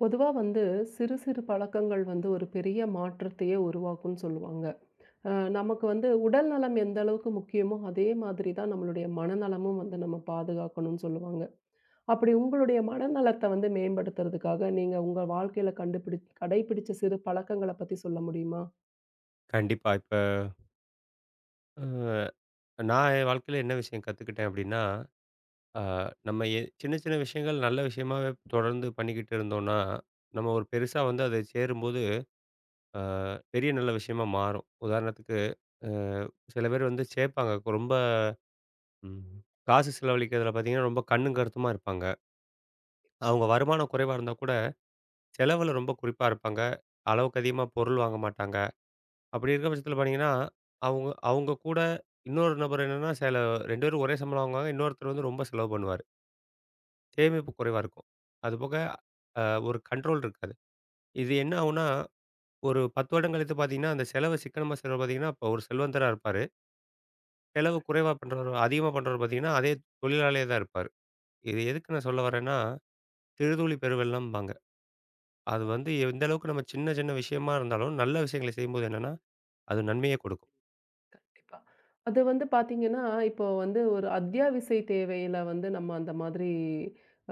பொதுவா வந்து சிறு சிறு பழக்கங்கள் வந்து ஒரு பெரிய மாற்றத்தையே உருவாக்கும்ன்னு சொல்லுவாங்க. அ நமக்கு வந்து உடல் நலம் எந்த அளவுக்கு முக்கியமோ, அதே மாதிரி தான் நம்மளுடைய மனநலமும் வந்து நம்ம பாதுகாக்கணும்னு சொல்லுவாங்க. அப்படி உங்களுடைய மனநலத்த வந்து மேம்படுத்துறதுக்காக, நீங்க உங்க வாழ்க்கையில கடைபிடிச்ச சிறு பழக்கங்கள பத்தி சொல்ல முடியுமா? கண்டிப்பா. இப்ப அ நான் என் வாழ்க்கையில என்ன விஷயம் கத்துக்கிட்டேன் அப்டின்னா, அ நம்ம சின்ன சின்ன விஷயங்கள் நல்ல விஷயமாவே தொடர்ந்து பண்ணிக்கிட்டு இருந்தோம்னா, நம்ம ஒரு பெருசா வந்து அது சேரும்போது, அ பெரிய நல்ல விஷயமா மாறும். உதாரணத்துக்கு, அ சில பேர் வந்து சேப்பாங்க. ரொம்ப ம் காசு செலவழிக்கிறதுல பார்த்தீங்கன்னா, ரொம்ப கண்ணும் கருத்துமா இருப்பாங்க. அவங்க வருமானம் குறைவா இருந்தா கூட, செலவுல ரொம்ப குறிப்பா இருப்பாங்க. அளவுக்கு அதிகமா பொருள் வாங்க மாட்டாங்க. அப்படி இருக்க பட்சத்தில பார்த்தீங்கன்னா, அவுங்க அவுங்க கூட இன்னொரு நபர் என்னன்னா, சில 2 பேரும் ஒரே சம்பளம் வாங்குவாங்க. இன்னொருத்தர் வந்து ரொம்ப செலவு பண்ணுவாரு. சேமிப்பு குறைவா இருக்கும். அதுபோக அ ஒரு கண்ட்ரோல் இருக்காது. இது என்ன ஆகும்னா, ஒரு 10 வருடம் கழித்து பார்த்தீங்கன்னா, அந்த செலவு சிக்கனமா செலவு பார்த்தீங்கன்னா, இப்போ ஒரு செல்வந்தரா இருப்பாரு. செலவு குறைவா பண்றவரு அதிகமா பண்றவரு பார்த்தீங்கன்னா, அதே தொழிலாளியா தான் இருப்பாரு. இது எதுக்கு நான் சொல்ல வரேன்னா, "சிறுதுளி பெருவெள்ளம்பாங்க." அது வந்து எந்த அளவுக்கு நம்ம சின்ன சின்ன விஷயமா இருந்தாலும், நல்ல விஷயங்களை செய்யும்போது என்னன்னா, அது நன்மையை கொடுக்கும். கண்டிப்பா. அது வந்து பார்த்தீங்கன்னா, இப்போ வந்து ஒரு அத்தியாவசிய தேவையில வந்து நம்ம அந்த மாதிரி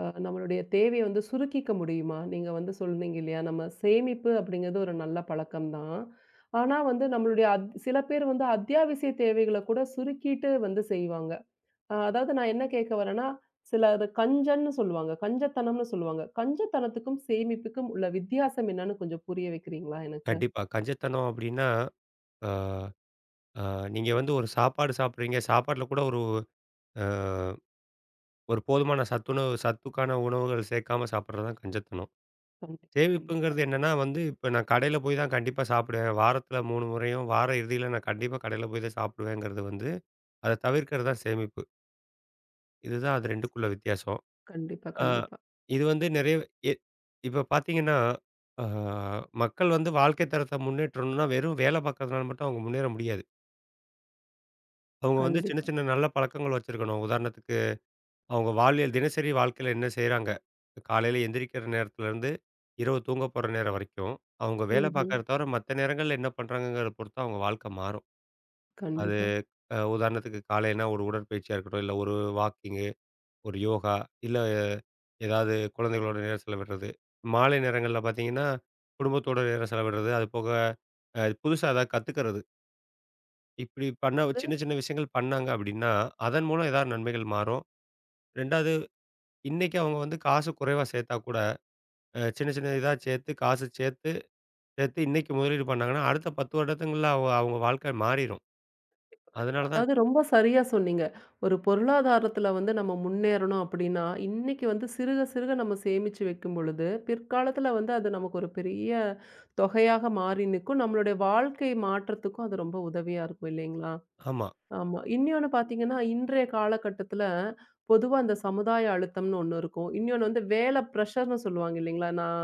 நம்மளுடைய தேவைய வந்து சுருக்கிக்க முடியுமா? நீங்க வந்து சொன்னீங்க இல்லையா? நம்ம சேமிப்பு அப்படிங்கிறது ஒரு நல்ல பழக்கம் தான். ஆனா வந்து நம்மளுடைய சில பேர் வந்து அத்தியாவசிய தேவைகள கூட சுருக்கிட்டு வந்து செய்வாங்க. அதாவது நான் என்ன கேட்க வரேன்னா, சிலர் கஞ்சன்னு சொல்லுவாங்க. கஞ்சத்தனம்னு சொல்லுவாங்க. கஞ்சத்தனத்துக்கும் சேமிப்புக்கும் உள்ள வித்தியாசம் என்னன்னு கொஞ்சம் புரிய வைக்கிறீங்களா எனக்கு? கண்டிப்பா. கஞ்சத்தனம் அப்படின்னா, ஆ ஆ, நீங்க வந்து ஒரு சாப்பாடு சாப்பிடுறீங்க. சாப்பாட்ல கூட அ ஒரு போதுமான சத்துணவு சத்துக்கான உணவுகள் சேர்க்காம சாப்பிடுறது தான் கஞ்சத்தனம். கண்டிப்பா, கண்டிப்பா. சேமிப்புங்கிறது என்னன்னா வந்து, இப்ப நான் கடையில போய் தான் கண்டிப்பா சாப்பிடுவேன். வாரத்துல 3 முறையும், வார இறுதியில நான் கண்டிப்பா கடையில போய் தான் சாப்பிடுவேங்கிறது வந்து, அத தவிர்க்கிறது தான் சேமிப்பு. இதுதான் அது 2க்குள்ள சரிங்க. வித்தியாசம். கண்டிப்பா, ஆ கண்டிப்பா. இது வந்து நெறைய எ இப்ப பார்த்தீங்கன்னா, ஆ மக்கள் வந்து வாழ்க்கை தரத்த முன்னேற்றணும்னா, வெறும் வேலை பார்க்கறதுனால மட்டும் அவங்க முன்னேற முடியாது. அவங்க வந்து சின்ன கண்டிப்பா. சின்ன நல்ல பழக்கங்கள் வச்சிருக்கணும். உதாரணத்துக்கு, அவங்க வாழ்வியல் தினசரி வாழ்க்கையில என்ன செய்றாங்க? காலையில எந்திரிக்கிற நேரத்துலருந்து, இரவு தூங்க போற நேரம் வரைக்கும், அவங்க வேலை ம்ஹ்ம். பார்க்கறத தவிர மத்த நேரங்கள்ல என்ன பண்றாங்கங்கிறத பொறுத்து அவங்க வாழ்க்கை மாறும். அது கண்டிப்பா. அ உதாரணத்துக்கு காலையிலனா ஒரு உடற்பயிற்சியா இருக்கட்டும், இல்ல ஒரு வாக்கிங்கு, ஒரு யோகா, இல்ல ஏதாவது குழந்தைகளோட நேரம் செலவிடுறது. மாலை நேரங்கள்ல பார்த்தீங்கன்னா, குடும்பத்தோட நேரம் செலவிடுறது. அது போக புதுசா ஏதாவது கத்துக்கிறது. இப்படி பண்ண அதாவது சின்ன சின்ன விஷயங்கள் பண்ணாங்க அப்படின்னா, அதன் மூலம் ஏதாவது நன்மைகள் மாறும். 2வது, இன்னைக்கு அவங்க வந்து காசு குறைவா சேர்த்தா கூட சின்ன சின்ன இதா சேர்த்து, காசு சேர்த்து, சேர்த்து இன்னைக்கு முதலீடு பண்ணாங்கன்னா, அடுத்த 10 வருடங்கள்ல அவங்க வாழ்க்கை மாறிரும். கண்டிப்பா, கண்டிப்பா. அதனால தான் அதாவது ரொம்ப சரியா சொன்னீங்க. ஒரு பொருளாதாரத்துல வந்து நம்ம முன்னேறணும் அப்டின்னா, இன்னைக்கு வந்து சிறுக சிறுக நம்ம சேமிச்சு வைக்கும் பொழுது, பிற்காலத்துல வந்து அது நமக்கு ஒரு பெரிய தொகையாக மாறி நிக்கும். நம்மளுடைய வாழ்க்கை மாற்றத்துக்கும் அது ரொம்ப உதவியா இருக்கும் இல்லைங்களா? ஆமா. ஆமா. இன்னொன்னு பார்த்தீங்கன்னா, இன்றைய காலகட்டத்தில பொதுவா அந்த சமுதாய அழுத்தம்னு ஒண்ணு இருக்கும். இன்னொன்னு வந்து வேலை பிரஷர்ன்னு சொல்லுவாங்க இல்லைங்களா? நான்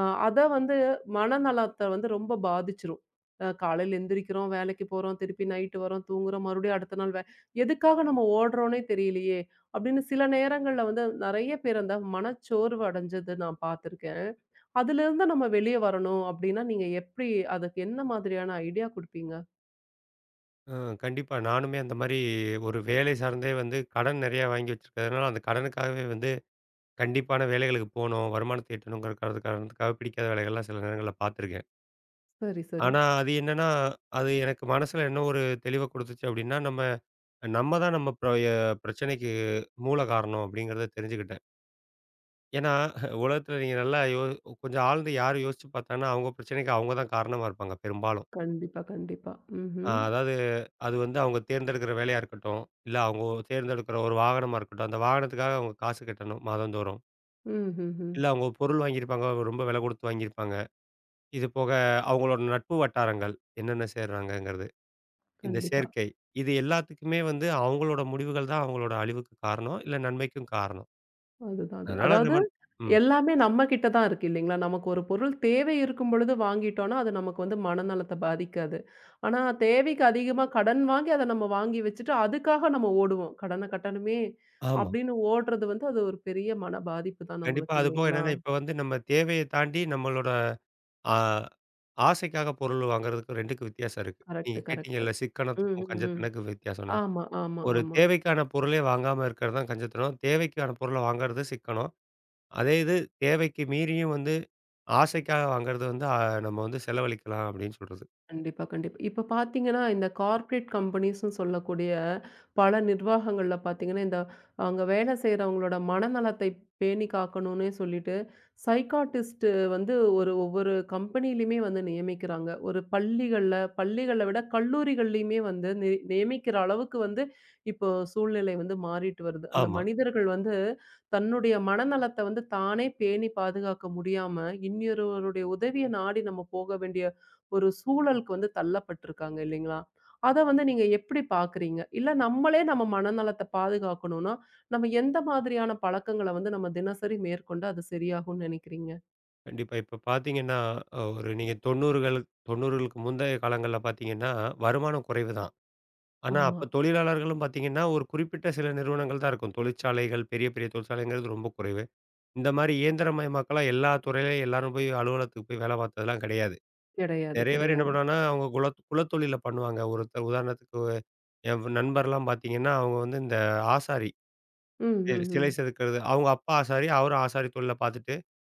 அ அத வந்து மனநலத்த வந்து ரொம்ப பாதிச்சுரும். காலையில எந்திரிக்கிறோம், வேலைக்கு போறோம், திருப்பி நைட்டு வரோம், தூங்குறோம், மறுபடியும் அடுத்த நாள் எதுக்காக நம்ம ஓடுறோன்னே தெரியலையே! அப்படின்னு சில நேரங்கள்ல வந்து நெறைய பேர் அந்த மனச்சோர்வு அடைஞ்சது நான் பார்த்துருக்கேன். அதுலேருந்து நம்ம வெளிய வரணும் அப்படின்னா, நீங்க எப்படி அதுக்கு என்ன மாதிரியான ஐடியா குடுப்பீங்க? அ கண்டிப்பா. நானுமே அந்த மாரி ஒரு வேலை சார்ந்தே வந்து கடன் நெறையா வாங்கி வச்சிருக்கிறதுனால, அந்த கடனுக்காகவே வந்து கண்டிப்பான வேலைகளுக்கு போணும், வருமானத்த ஈட்டணுங்கிற காரணத்துக்காக பிடிக்காத வேலைகள்லாம் சில நேரங்கள்ல பார்த்துருக்கேன். சரி, சரி. ஆனா அது என்னன்னா, அது எனக்கு மனசுல என்ன ஒரு தெளிவ குடுத்துச்சு அப்படின்னா, நம்ம நம்ம தான் நம்ம பிரச்சனைக்கு மூல காரணம் அப்படிங்கிறத தெரிஞ்சுக்கிட்டேன். ஏன்னா, உலகத்துல நீங்க நல்லா யோ கொஞ்சம் ஆழ்ந்து யாரு யோசிச்சு பார்த்தாங்கன்னா, அவங்க பிரச்சனைக்கு அவங்க தான் காரணமா இருப்பாங்க பெரும்பாலும். கண்டிப்பா, கண்டிப்பா. ம்ஹ்ம். அதாவது அது வந்து அவங்க தேர்ந்தெடுக்கிற வேலையா இருக்கட்டும், இல்ல அவங்க தேர்ந்தெடுக்கிற ஒரு வாகனமா இருக்கட்டும், அந்த வாகனத்துக்காக அவங்க காசு கட்டணும் மாதந்தோறும். ம்ஹ்ஹ்ம். இல்ல அவங்க ஒரு பொருள் வாங்கியிருப்பாங்க, ரொம்ப விலை கொடுத்து வாங்கியிருப்பாங்க. இது போக அவங்களோட நட்பு வட்டாரங்கள் என்னென்ன சேர்றாங்கங்கிறது, இந்த கண்டிப்பா. சேர்க்கை. இது எல்லாத்துக்குமே வந்து அவங்களோட முடிவுகள் தான் அவங்களோட அழிவுக்கு காரணம், இல்ல நன்மைக்கும் காரணம். அதுதான் அது. அதனால அதாவது நம்ம ம். எல்லாமே நம்ம கிட்ட தான் இருக்கு இல்லைங்களா? நமக்கு ஒரு பொருள் தேவை இருக்கும் பொழுது வாங்கிட்டோம்னா, அது நமக்கு வந்து மனநலத்த பாதிக்காது. ஆனா தேவைக்கு அதிகமா கடன் வாங்கி அத நம்ம வாங்கி வச்சுட்டு, அதுக்காக நம்ம ஓடுவோம். கடன கட்டணுமே ஆமா. அப்படின்னு ஓடுறது வந்து அது ஒரு பெரிய மன பாதிப்பு தான் கண்டிப்பா. நம்மளுக்கு அதுபோக இல்லைங்களா? என்னன்னா, இப்ப வந்து நம்ம தேவைய தாண்டி நம்மளோட ஆ ஆசைக்காக பொருள் வாங்குறதுக்கும் 2க்கும் வித்தியாசம் இருக்கு. கரெக்ட், நீங்க கரெக்ட். கேட்டீங்கல்ல ம், சிக்கனத்துக்கும், ம், ம். கஞ்சத்தனக்கும் வித்தியாசம்னு. ஆமா, ஆமா, ஒரு ஆமா. தேவைக்கான பொருளே வாங்காம இருக்கிறது தான் கஞ்சத்தனம். தேவைக்கான பொருள வாங்குறது சிக்கனம். அதே இது தேவைக்கு மீறியும் வந்து ஆசைக்காக வாங்குறது வந்து நம்ம வந்து செலவழிக்கலாம் அப்படின்னு சொல்றது. கண்டிப்பா, கண்டிப்பா. இப்ப பார்த்தீங்கன்னா, இந்த கார்ப்பரேட் கம்பெனிஸ்ன்னு சொல்லக்கூடிய பல நிர்வாகங்கள்ல பார்த்தீங்கன்னா, இந்த அங்க வேலை செய்றவங்களோட மனநலத்தை பேணி காக்கணும்னே சொல்லிட்டு, சைக்காட்டிஸ்ட் வந்து ஒவ்வொரு கம்பெனியிலயுமே வந்து நியமிக்கிறாங்க. ஒரு பள்ளிகள விட கல்லூரிகள்லயுமே வந்து நியமிக்கிற அளவுக்கு வந்து இப்போ சூழ்நிலை வந்து மாறிட்டு வருது. அந்த ஆமா. மனிதர்கள் வந்து தன்னுடைய மனநலத்த வந்து தானே பேணி பாதுகாக்க முடியாம, இன்னொருவருடைய உதவிய நாடி நம்ம போக வேண்டிய ஒரு சூழலுக்கு வந்து தள்ளப்பட்டுருக்காங்க இல்லைங்களா? அத வந்து நீங்க எப்படி பார்க்குறீங்க? இல்ல நம்மளே நம்ம மனநலத்த பாதுகாக்கணும்னா, நம்ம எந்த மாதிரியான பழக்கங்கள வந்து நம்ம தினசரி மேற்கொண்டு அது சரியாகும்னு நெனைக்கிறீங்க? கண்டிப்பா. இப்ப பார்த்தீங்கன்னா, ஒரு நீங்க 90கள் 90களுக்கு முந்தைய காலங்கள்ல பார்த்தீங்கன்னா, வருமானம் குறைவு தான். ஆனா, ஆமா. அப்ப தொழிலாளர்களும் பார்த்தீங்கன்னா, ஒரு குறிப்பிட்ட சில நிறுவனங்கள் தான் இருக்கும். தொழிற்சாலைகள், பெரிய பெரிய தொழிற்சாலைங்கிறது ரொம்ப குறைவு. இந்த மாரி இயந்திரமயமாக்கலாம் எல்லா துறையிலயும் எல்லாரும் போய் அலுவலகத்துக்கு போய் வேலை பார்த்ததெல்லாம் கிடையாது. கிடையாது, நெறைய பேர் என்ன கிடையாது. பண்ணுவாங்கன்னா, அவங்க குலத்தொழில பண்ணுவாங்க. ஒருத்தர் உதாரணத்துக்கு என் நண்பர்லாம் பார்த்தீங்கன்னா, அவங்க வந்து இந்த ஆசாரி ம், ம், சிலை ம். செதுக்கிறது. அவங்க அப்பா ஆசாரி, அவரும் ஆசாரி தொழில பார்த்துட்டு,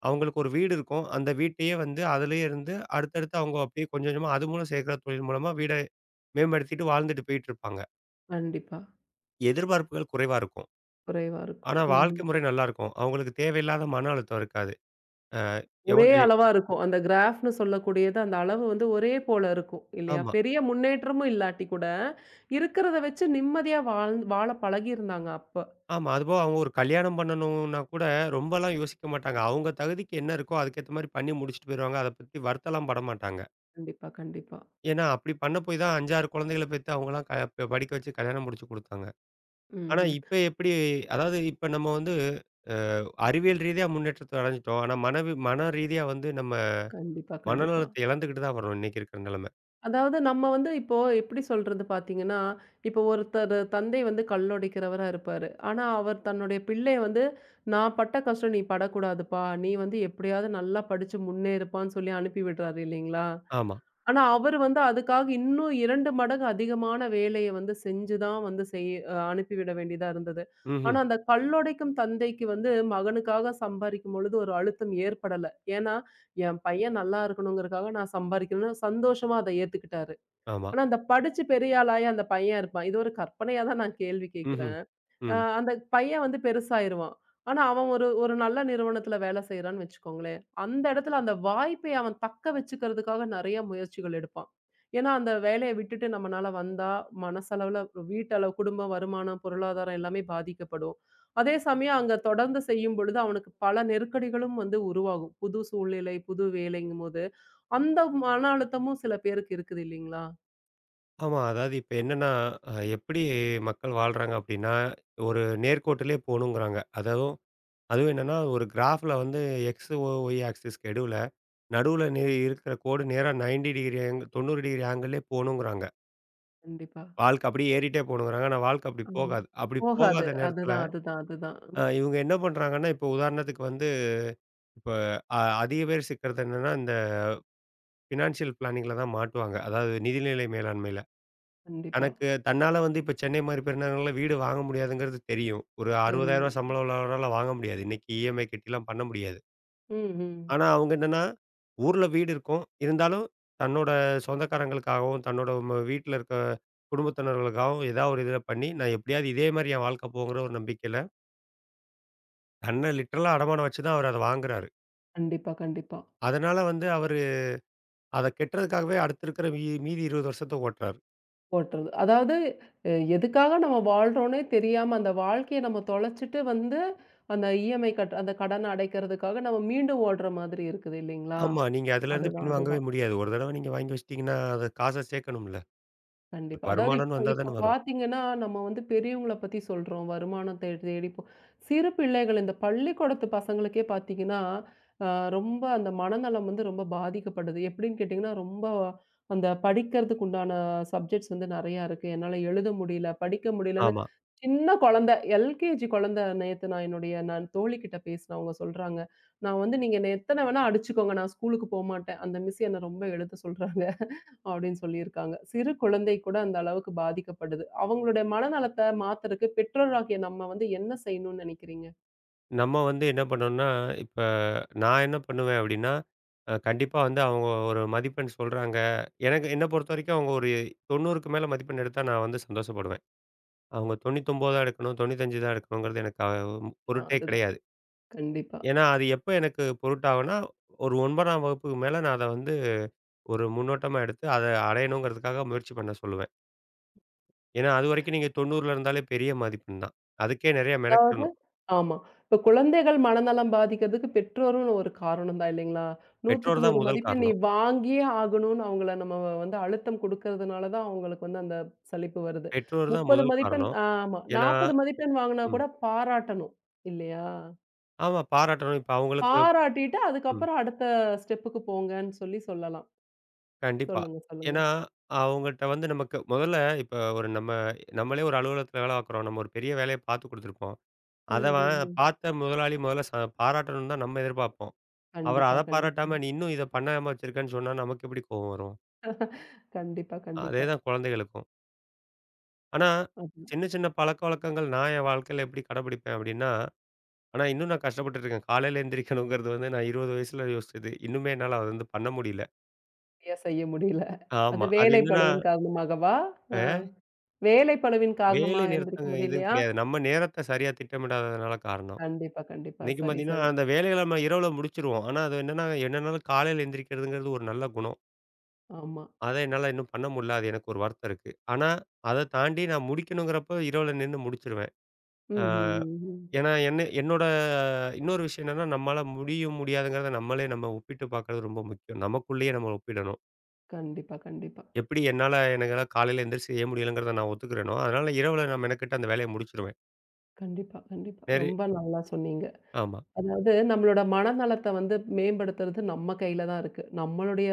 அவங்களுக்கு ஒரு வீடு இருக்கும். அந்த வீட்டையே வந்து அதிலேயே இருந்து அடுத்தடுத்து அவங்க அப்படியே கொஞ்சம் கொஞ்சமா அது மூலம் சேர்க்கிற தொழில் மூலமா வீட மேம்படுத்திட்டு வாழ்ந்துட்டு போயிட்டு இருப்பாங்க. கண்டிப்பா. எதிர்பார்ப்புகள் குறைவா இருக்கும். குறைவா இருக்கும். ஆனா வாழ்க்கை ம்ஹ்ம். முறை நல்லாருக்கும். அவங்களுக்கு தேவையில்லாத மன அழுத்தம் இருக்காது. அ ஒரே எவட்லே அளவா இருக்கும். அந்த கிராஃப்ன்னு சொல்லக்கூடியது அந்த அளவு வந்து ஒரே போல இருக்கும் இல்லையா? ஆமா, பெரிய முன்னேற்றமும் இல்லாட்டி கூட, இருக்கிறத வச்சு நிம்மதியா வாழ பழகியிருந்தாங்க அப்ப. ஆமா. அதுபோக அவங்க ஒரு கல்யாணம் பண்ணணும்னா கூட ரொம்பலாம் யோசிக்க மாட்டாங்க. அவங்க தகுதிக்கு என்ன இருக்கோ அதுக்கேத்த மாரி பண்ணி முடிச்சுட்டு போயிருவாங்க. அத பத்தி வருத்தலாம் பட மாட்டாங்க. கண்டிப்பா, கண்டிப்பா. ஏன்னா, அப்படி பண்ண போய் தான் 5, 6 குழந்தைகள பெத்து அவங்கலாம் க ப படிக்க வச்சு கல்யாணம் முடிச்சு குடுத்தாங்க. ஆனா ம்ஹ்ம். இப்ப எப்படி அதாவது இப்ப நம்ம வந்து அ அறிவியல் ரீதியா முன்னேற்றத்த அடைஞ்சுட்டோம். ஆனா மன ரீதியா வந்து நம்ம கண்டிப்பா, கண்டிப்பா. மனநலத்த இழந்துகிட்டு தான் வரோம் இன்னைக்கு இருக்கிற நிலைமை. அதாவது நம்ம வந்து இப்போ எப்படி சொல்றது பார்த்தீங்கன்னா, இப்போ ஒருத்தர் தந்தை வந்து கல்லுடைக்கிறவரா இருப்பாரு. ஆனா, அவர் தன்னுடைய பிள்ளை வந்து, "நான் பட்ட கஷ்டம் நீ படக்கூடாதுப்பா. நீ வந்து எப்படியாவது நல்லா படிச்சு முன்னேறுப்பான்னு" சொல்லி அனுப்பி விடுறாரு இல்லைங்களா? ஆமா. ஆனா, அவர் வந்து அதுக்காக இன்னும் 2 மடங்கு அதிகமான வேலைய வந்து செஞ்சு தான் வந்து செய் அ அனுப்பிவிட வேண்டியதா இருந்தது. ஆனா, ம்ஹ்ம். அந்த கல்லுடைக்கும் தந்தைக்கு வந்து மகனுக்காக சம்பாரிக்கும் பொழுது ஒரு அழுத்தம் ஏற்படல. ஏன்னா, என் பையன் நல்லா இருக்கணுங்கிறதுக்காக நான் சம்பாரிக்கணும்னு சந்தோஷமா அத ஏத்துக்கிட்டாரு. ஆமா. ஆனா, அந்த படிச்சு பெரிய ஆளாயி அந்த பையன் இருப்பான். இது ஒரு கற்பனையா தான் நான் கேள்வி ம்ஹ்ம். கேட்கிறேன். ம். அந்த பையன் வந்து பெருசாயிருவான். ஆனா, அவன் ஒரு ஒரு நல்ல நிறுவனத்துல வேலை செய்றான்னு வச்சுக்கோங்களேன். அந்த இடத்துல அந்த வாய்ப்பை அவன் தக்க வச்சுக்கிறதுக்காக நெறைய முயற்சிகள் எடுப்பான். ஏன்னா, அந்த வேலைய விட்டுட்டு நம்மனால வந்தா, மனசளவுல வீட்டளவு குடும்ப வருமானம், பொருளாதாரம் எல்லாமே பாதிக்கப்படும். அதே சமயம் அங்க தொடர்ந்து செய்யும் பொழுது அவனுக்கு பல நெருக்கடிகளும் வந்து உருவாகும். புது சூழ்நிலை, புது வேலைங்கும்போது, அந்த மன அழுத்தமும் சில பேருக்கு இருக்குது இல்லீங்களா? ஆமா. அதாவது இப்ப என்னன்னா, எப்படி மக்கள் வாழ்றாங்க அப்படின்னா, ஒரு நேர்கோட்டிலே போணுங்கிறாங்க. அதாவது அதுவும் என்னன்னா, ஒரு கிராஃப்ல வந்து எக்ஸ், ஒய் ஆக்சிஸ்க்கு நடுவுல இருக்கிற கோடு நேரா 90 டிகிரி ஆங்கிள்லே போணுங்கிறாங்க. கண்டிப்பா. வாழ்க்கை அப்படியே ஏறிட்டே போணுங்கிறாங்க. ஆனா வாழ்க்கை அப்படி ஆமா. போகாது. அப்படி போகாது. போகாத நேரத்துல, அதுதான், அதுதான், அதுதான். ம். இவங்க என்ன பண்றாங்கன்னா, இப்ப உதாரணத்துக்கு வந்து, இப்ப அ அதிக பேர் சிக்கறது என்னன்னா, இந்த ஃபினான்ஷியல் பிளானிங்ல தான் மாட்டுவாங்க. அதாவது நிதிநிலை மேலாண்மையில. கண்டிப்பா. எனக்கு தன்னால வந்து இப்ப சென்னை மாரி பெருநகரங்கள்ல வீடு வாங்க முடியாதுங்கிறது தெரியும். ஒரு ரூ. சரி. 60,000 சம்பளம் உள்ளவரால வாங்க முடியாது. இன்னைக்கு இஎம்ஐ கட்டிலாம் பண்ண முடியாது. ம், ம். ஆனா, அவங்க என்னன்னா, ஊர்ல வீடு இருக்கும். இருந்தாலும் தன்னோட சொந்தக்காரங்களுக்காகவும், தன்னோட வீட்ல இருக்க குடும்பத்தினர்களுக்காகவும் ஏதாவது ஒரு இதில பண்ணி, நான் எப்படியாவது இதே மாரி என் வாழ்க்கை போகுங்கிற ஒரு நம்பிக்கையில, தன்ன லிட்டரலா அடமானம் வச்சு தான் அவரு அத வாங்குறாரு. கண்டிப்பா, கண்டிப்பா. அதனால வந்து அவரு அத கெட்டுறதுக்காகவே அடுத்து இருக்கிற மீதி 20 வருஷத்த ஓட்டுறாரு. போட்டுறது. அதாவது எதுக்காக நம்ம வாழ்றோன்னே தெரியாம அந்த வாழ்க்கைய நம்ம தொலைச்சுட்டு வந்து, அந்த இஎம்ஐ அந்த கடன அடைக்கிறதுக்காக நம்ம மீண்டும் ஓடுற மாதிரி இருக்குது இல்லைங்களா? ஆமா. நீங்க அதுலேருந்து அதுதான், பின்வாங்கவே அதுதான். முடியாது. ஒரு தடவ நீங்க வாங்கி வச்சுட்டீங்கன்னா, அது காச சேர்க்கணும்ல. கண்டிப்பா. அதாவது வருமானம்னு இப்ப வந்தா இப்ப தானே வரும். பார்த்தீங்கன்னா, நம்ம வந்து பெரியவங்கள பத்தி சொல்றோம். வருமானத்த தேடி சிறு பிள்ளைகள் இந்த பள்ளிக்கூடத்து பசங்களுக்கே பார்த்தீங்கன்னா, அ ரொம்ப அந்த மனநலம் வந்து ரொம்ப பாதிக்கப்படுது. எப்படின்னு கேட்டீங்கன்னா, ரொம்ப அந்த படிக்கிறதுக்கு உண்டான சப்ஜெக்ட்ஸ் வந்து நெறையா இருக்கு. என்னால எழுத முடியல, படிக்க முடியலன்னு ஆமா. சின்ன குழந்த எல்கேஜி குழந்த நேத்து நான் நான் தோழிகிட்ட பேசினேன். அவங்க சொல்றாங்க, "நான் வந்து நீங்க என்ன எத்தன வேணா அடிச்சுக்கோங்க. நான் ஸ்கூலுக்கு போமாட்டேன். அந்த மிஸ் என்ன ரொம்ப எழுத சொல்றாங்க." அப்படின்னு சொல்லியிருக்காங்க. சிறு குழந்தை கூட அந்த அளவுக்கு பாதிக்கப்படுது. அவங்களுடைய மனநலத்த மாத்துறக்கு பெற்றோராகிய நம்ம வந்து என்ன செய்யணும்னு நினைக்கிறீங்க? நம்ம வந்து என்ன பண்ணோம்னா, இப்ப நான் என்ன பண்ணுவேன் அப்டின்னா, கண்டிப்பா வந்து அவங்க ஒரு மதிப்பெண் சொல்றாங்க. எனக்கு என்ன பொறுத்த வரைக்கும் அவங்க ஒரு 90க்கு மேல மதிப்பெண் எடுத்தா நான் வந்து சந்தோஷப்படுவேன். அவங்க 99 தான் எடுக்கணும், 95 தான் எடுக்கணுங்கிறது எனக்கு பொருட்டே அதுதான். கிடையாது. கண்டிப்பா. ஏன்னா அது எப்ப எனக்கு பொருட்டாகும்னா, ஒரு 9ஆம் வகுப்புக்கு மேல நான் அத வந்து ஒரு முன்னோட்டமா எடுத்து அத அடையணுங்கிறதுக்காக முயற்சி பண்ண சொல்லுவேன். ஏன்னா அதுவரைக்கும் நீங்க 90ல இருந்தாலே பெரிய மதிப்பெண் தான். அதுக்கே நெறைய அதாவது மெனக்கிடணும். ஆமா. இப்ப குழந்தைகள் மனநலம் பாதிக்கிறதுக்கு பெற்றோரும்னு ஒரு காரணம் தான் இல்லைங்களா? 100க்கு பெற்றோர் தான் 100 முதல் மதிப்பெண் நீ காரணம். வாங்கியே ஆகணும்னு அவங்கள நம்ம வந்து அழுத்தம் குடுக்கறதுனால தான் அவங்களுக்கு வந்து அந்த சலிப்பு வருது. பெற்றோர் தான் 30 முதல் மதிப்பெண் காரணம். ஆமா. ஏன்னா 40 மதிப்பெண் வாங்குனா ம். கூட பாராட்டணும். இல்லையா? ஆமா பாராட்டணும். இப்ப அவங்களுக்கு பாராட்டிட்டு ம். அதுக்கப்புறம் அடுத்த ஸ்டெப்புக்கு போங்கன்னு சொல்லி சொல்லலாம். கண்டிப்பா. சொல்லுங்க, சொல்லுங்க. ஏன்னா, அவங்கள்ட்ட வந்து நமக்கு முதல்ல இப்ப ஒரு நம்ம நம்மளே ஒரு அலுவலகத்தில வேலை பார்க்குறோம். நம்ம ஒரு பெரிய வேலைய பார்த்து குடுத்துருப்போம். ம், அத ம், அவன் ம். பார்த்த முதலாளி முதல்ல பாராட்டணும்னு தான் நம்ம எதிர்பார்ப்போம். அவர் கண்டிப்பா, அத கண்டிப்பா. பாராட்டாம, "நீ இன்னும் இத பண்ணாம வச்சிருக்கன்னு" சொன்னா நமக்கு எப்படி கோவம் வரும்? கண்டிப்பா, அதே கண்டிப்பா. தான் குழந்தைகளுக்கும். ஆனா, அது சின்ன சின்ன பழக்கவழக்கங்கள் நான் என் வாழ்க்கையில எப்படி கடைபிடிப்பேன் அப்படின்னா, ஆனா, இன்னும் நான் கஷ்டப்பட்டுட்டுருக்கேன். காலையில எந்திரிக்கணுங்கிறது வந்து நான் 20 வயசுல யோசிச்சது. இன்னுமே என்னால அது வந்து பண்ண முடியல. சரியா செய்ய முடியல. அது ஆமா. அது என்னன்னா, வேலைப்பளுவின் காரணமாகவா? ஆ. அ வேலைப்பளுவின் காரணமா வேலை எந்திரிக்க நிறுத்தங்க இதுன்னு முடியலையா? கிடையாது. நம்ம நேரத்த சரியா திட்டமிடாததுனால காரணம். கண்டிப்பா, கண்டிப்பா. இன்னைக்கு சரி, பார்த்தீங்கன்னா, சரி. அந்த வேலைகள நம்ம இரவுல முடிச்சுருவோம். ஆனா, அது என்னன்னா, என்னனாலும் காலையில எந்திரிக்கிறதுங்கிறது ஒரு நல்ல குணம். ஆமா. அத என்னால இன்னும் பண்ண முடியல. அது எனக்கு ஒரு வருத்தம் இருக்கு. ஆனா, அத தாண்டி நான் முடிக்கணுங்கிறப்ப இரவுல நின்னு முடிச்சுருவேன். ம், அ ம், ம், ம். ஏன்னா, என்னோட இன்னொரு விஷயம் என்னன்னா, நம்மால முடியும் முடியாதுங்கிறத நம்மளே நம்ம ஒப்பிட்டு பார்க்கறது ரொம்ப முக்கியம். நமக்குள்ளேயே நம்ம ஒப்பிடணும். கண்டிப்பா, கண்டிப்பா. எப்படி என்னால எனக்கெல்லாம் காலையில எந்திரிச்சு செய்ய முடியலங்கிறத நான் ஒத்துக்கிறேனோ, அதனால இரவுல நான் மெனக்கெட்டு அந்த வேலைய முடிச்சிருவேன். கண்டிப்பா, கண்டிப்பா. நெறை ரொம்ப நல்லா சொன்னீங்க. ஆமா. அதாவது நம்மளோட மனநலத்த வந்து மேம்படுத்துறது நம்ம கையில தான் இருக்கு. நம்மளுடைய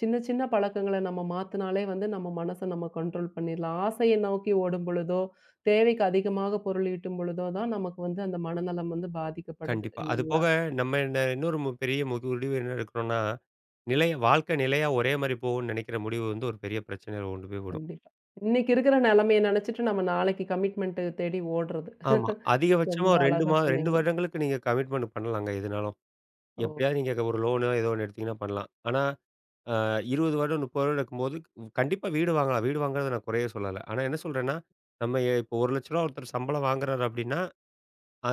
சின்ன சின்ன பழக்கங்கள நம்ம மாத்துனாலே வந்து நம்ம மனச நம்ம கண்ட்ரோல் பண்ணிடலாம். ஆசைய நோக்கி ஓடும் பொழுதோ, தேவைக்கு அதிகமாக பொருள் ஈட்டும் பொழுதோ தான் நமக்கு வந்து அந்த மனநலம் வந்து பாதிக்கப்படுது கண்டிப்பா. இல்லைங்களா? அதுபோக நம்ம என்ன இன்னொரு பெரிய முக்கிய முடிவு என்ன எடுக்கிறோம்னா, வாழ்க்கை நிலையா ஒரே மாரி போகும்ன்னு நெனைக்கிற முடிவு வந்து ஒரு பெரிய பிரச்சனையில கொண்டு போய் விடும். கண்டிப்பா. இன்னைக்கு இருக்கிற நிலைமைய நெனச்சுட்டு நம்ம நாளைக்கு கமிட்மெண்ட் தேடி ஓடுறது. ஆமா. அதிகபட்சமா ரொம்ப ஒரு 2 அழகா மா 2 சொன்னீங்க. வருடங்களுக்கு நீங்க கமிட்மெண்ட் பண்ணலாங்க எதுனாலும். ஓ! எப்படியாவது நீங்க ஒரு லோனோ ஏதோ ஒண்ணு எடுத்தீங்கன்னா பண்ணலாம். ஆனா அ 20 வருடம், 30 வருடம் இருக்கும்போது கண்டிப்பா வீடு வாங்கலாம். வீடு வாங்குறத நான் குறையே சொல்லல. ஆனா என்ன சொல்றேன்னா, நம்ம இப்போ ரூ. 1,00,000 ஒருத்தர் சம்பளம் வாங்குறாரு அப்படின்னா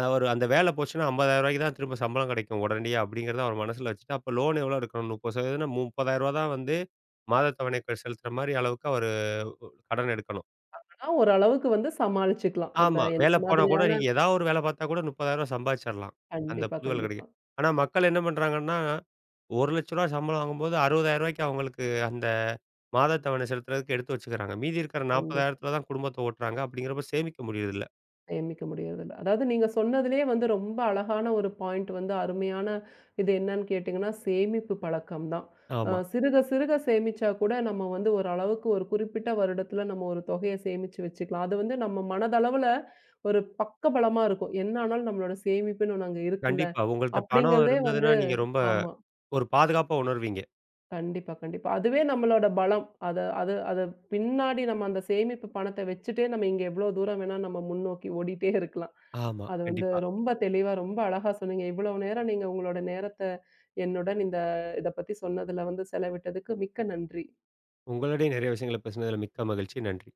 அவரு அந்த வேலை போச்சுன்னா ரூ. 50,000 தான் திரும்ப சம்பளம் கிடைக்கும் உடனடியா அப்படிங்கிறத அவர் மனசுல வச்சுட்டு, அப்ப லோன் எவ்வளோ எடுக்கணும்? 30% 30,000 தான் வந்து மாதத் தவணை செலுத்துற மாரி அளவுக்கு அவரு கடன் எடுக்கணும். ஆனா ஓரளவுக்கு வந்து சமாளிச்சுக்கலாம். அந்த ஆமா. எந்த வேலை போனா கூட மாதிரியான நீங்க ஏதாவது ஒரு வேலை பார்த்தா கூட ரூ. 30,000 சம்பாதிச்சிடலாம். அந்த கண்டிப்பா, புது வேலை கிடைக்க. கண்டிப்பா, ஆனா மக்கள் என்ன பண்றாங்கன்னா, ரூ. 1,00,000 சம்பளம் வாங்கும்போது ரூ. 60,000 அவங்களுக்கு அந்த மாதத் தவணை செலுத்துறதுக்கு எடுத்து வச்சுக்கிறாங்க. மீதி இருக்கிற கண்டிப்பா. 40,000 தான் குடும்பத்த ஓட்டுறாங்க. அப்படிங்கிறப்ப சேமிக்க முடியறதில்ல. சேமிக்க முடியறதில்ல. அதாவது நீங்க சொன்னதிலேயே வந்து ரொம்ப அழகான ஒரு பாயிண்ட் வந்து அருமையான இது என்னன்னு கேட்டீங்கன்னா, சேமிப்பு பழக்கம் தான். ஆமா. சிறுக சிறுக சேமிச்சா கூட நம்ம வந்து ஒரு அளவுக்கு ஒரு குறிப்பிட்ட வருடத்தில நம்ம ஒரு தொகைய சேமிச்சு வச்சுக்கலாம். அது வந்து நம்ம மனதளவுல ஒரு பக்கபலமா இருக்கும். என்ன ஆனாலும் நம்மளோட சேமிப்புன்னு ஒண்ணு அங்க இருக்குல்ல. கண்டிப்பா. உங்கள்ட்ட பணம் அப்படிங்கிறதே இருந்ததுன்னா, வந்து நீங்க ரொம்ப ஆமா. ஒரு பாதுகாப்பா உணர்வீங்க. கண்டிப்பா, கண்டிப்பா. அதுவே நம்மளோட பலம். அத பின்னாடி நம்ம அந்த சேமிப்பு பணத்த வச்சுட்டே நம்ம இங்க எவ்வளோ தூரம் வேணா நம்ம முன்னோக்கி ஓடிட்டே இருக்கலாம். ஆமா, அது வந்து கண்டிப்பா. ரொம்ப தெளிவா, ரொம்ப அழகா சொன்னீங்க. இவ்வளவு நேரம் நீங்க உங்களோட நேரத்த என்னுடன் இந்த இத பத்தி சொன்னதுல வந்து செலவிட்டதுக்கு மிக்க நன்றி. உங்களோடையும் நெறைய விஷயங்கள பேசினதுல மிக்க மகிழ்ச்சி. நன்றி.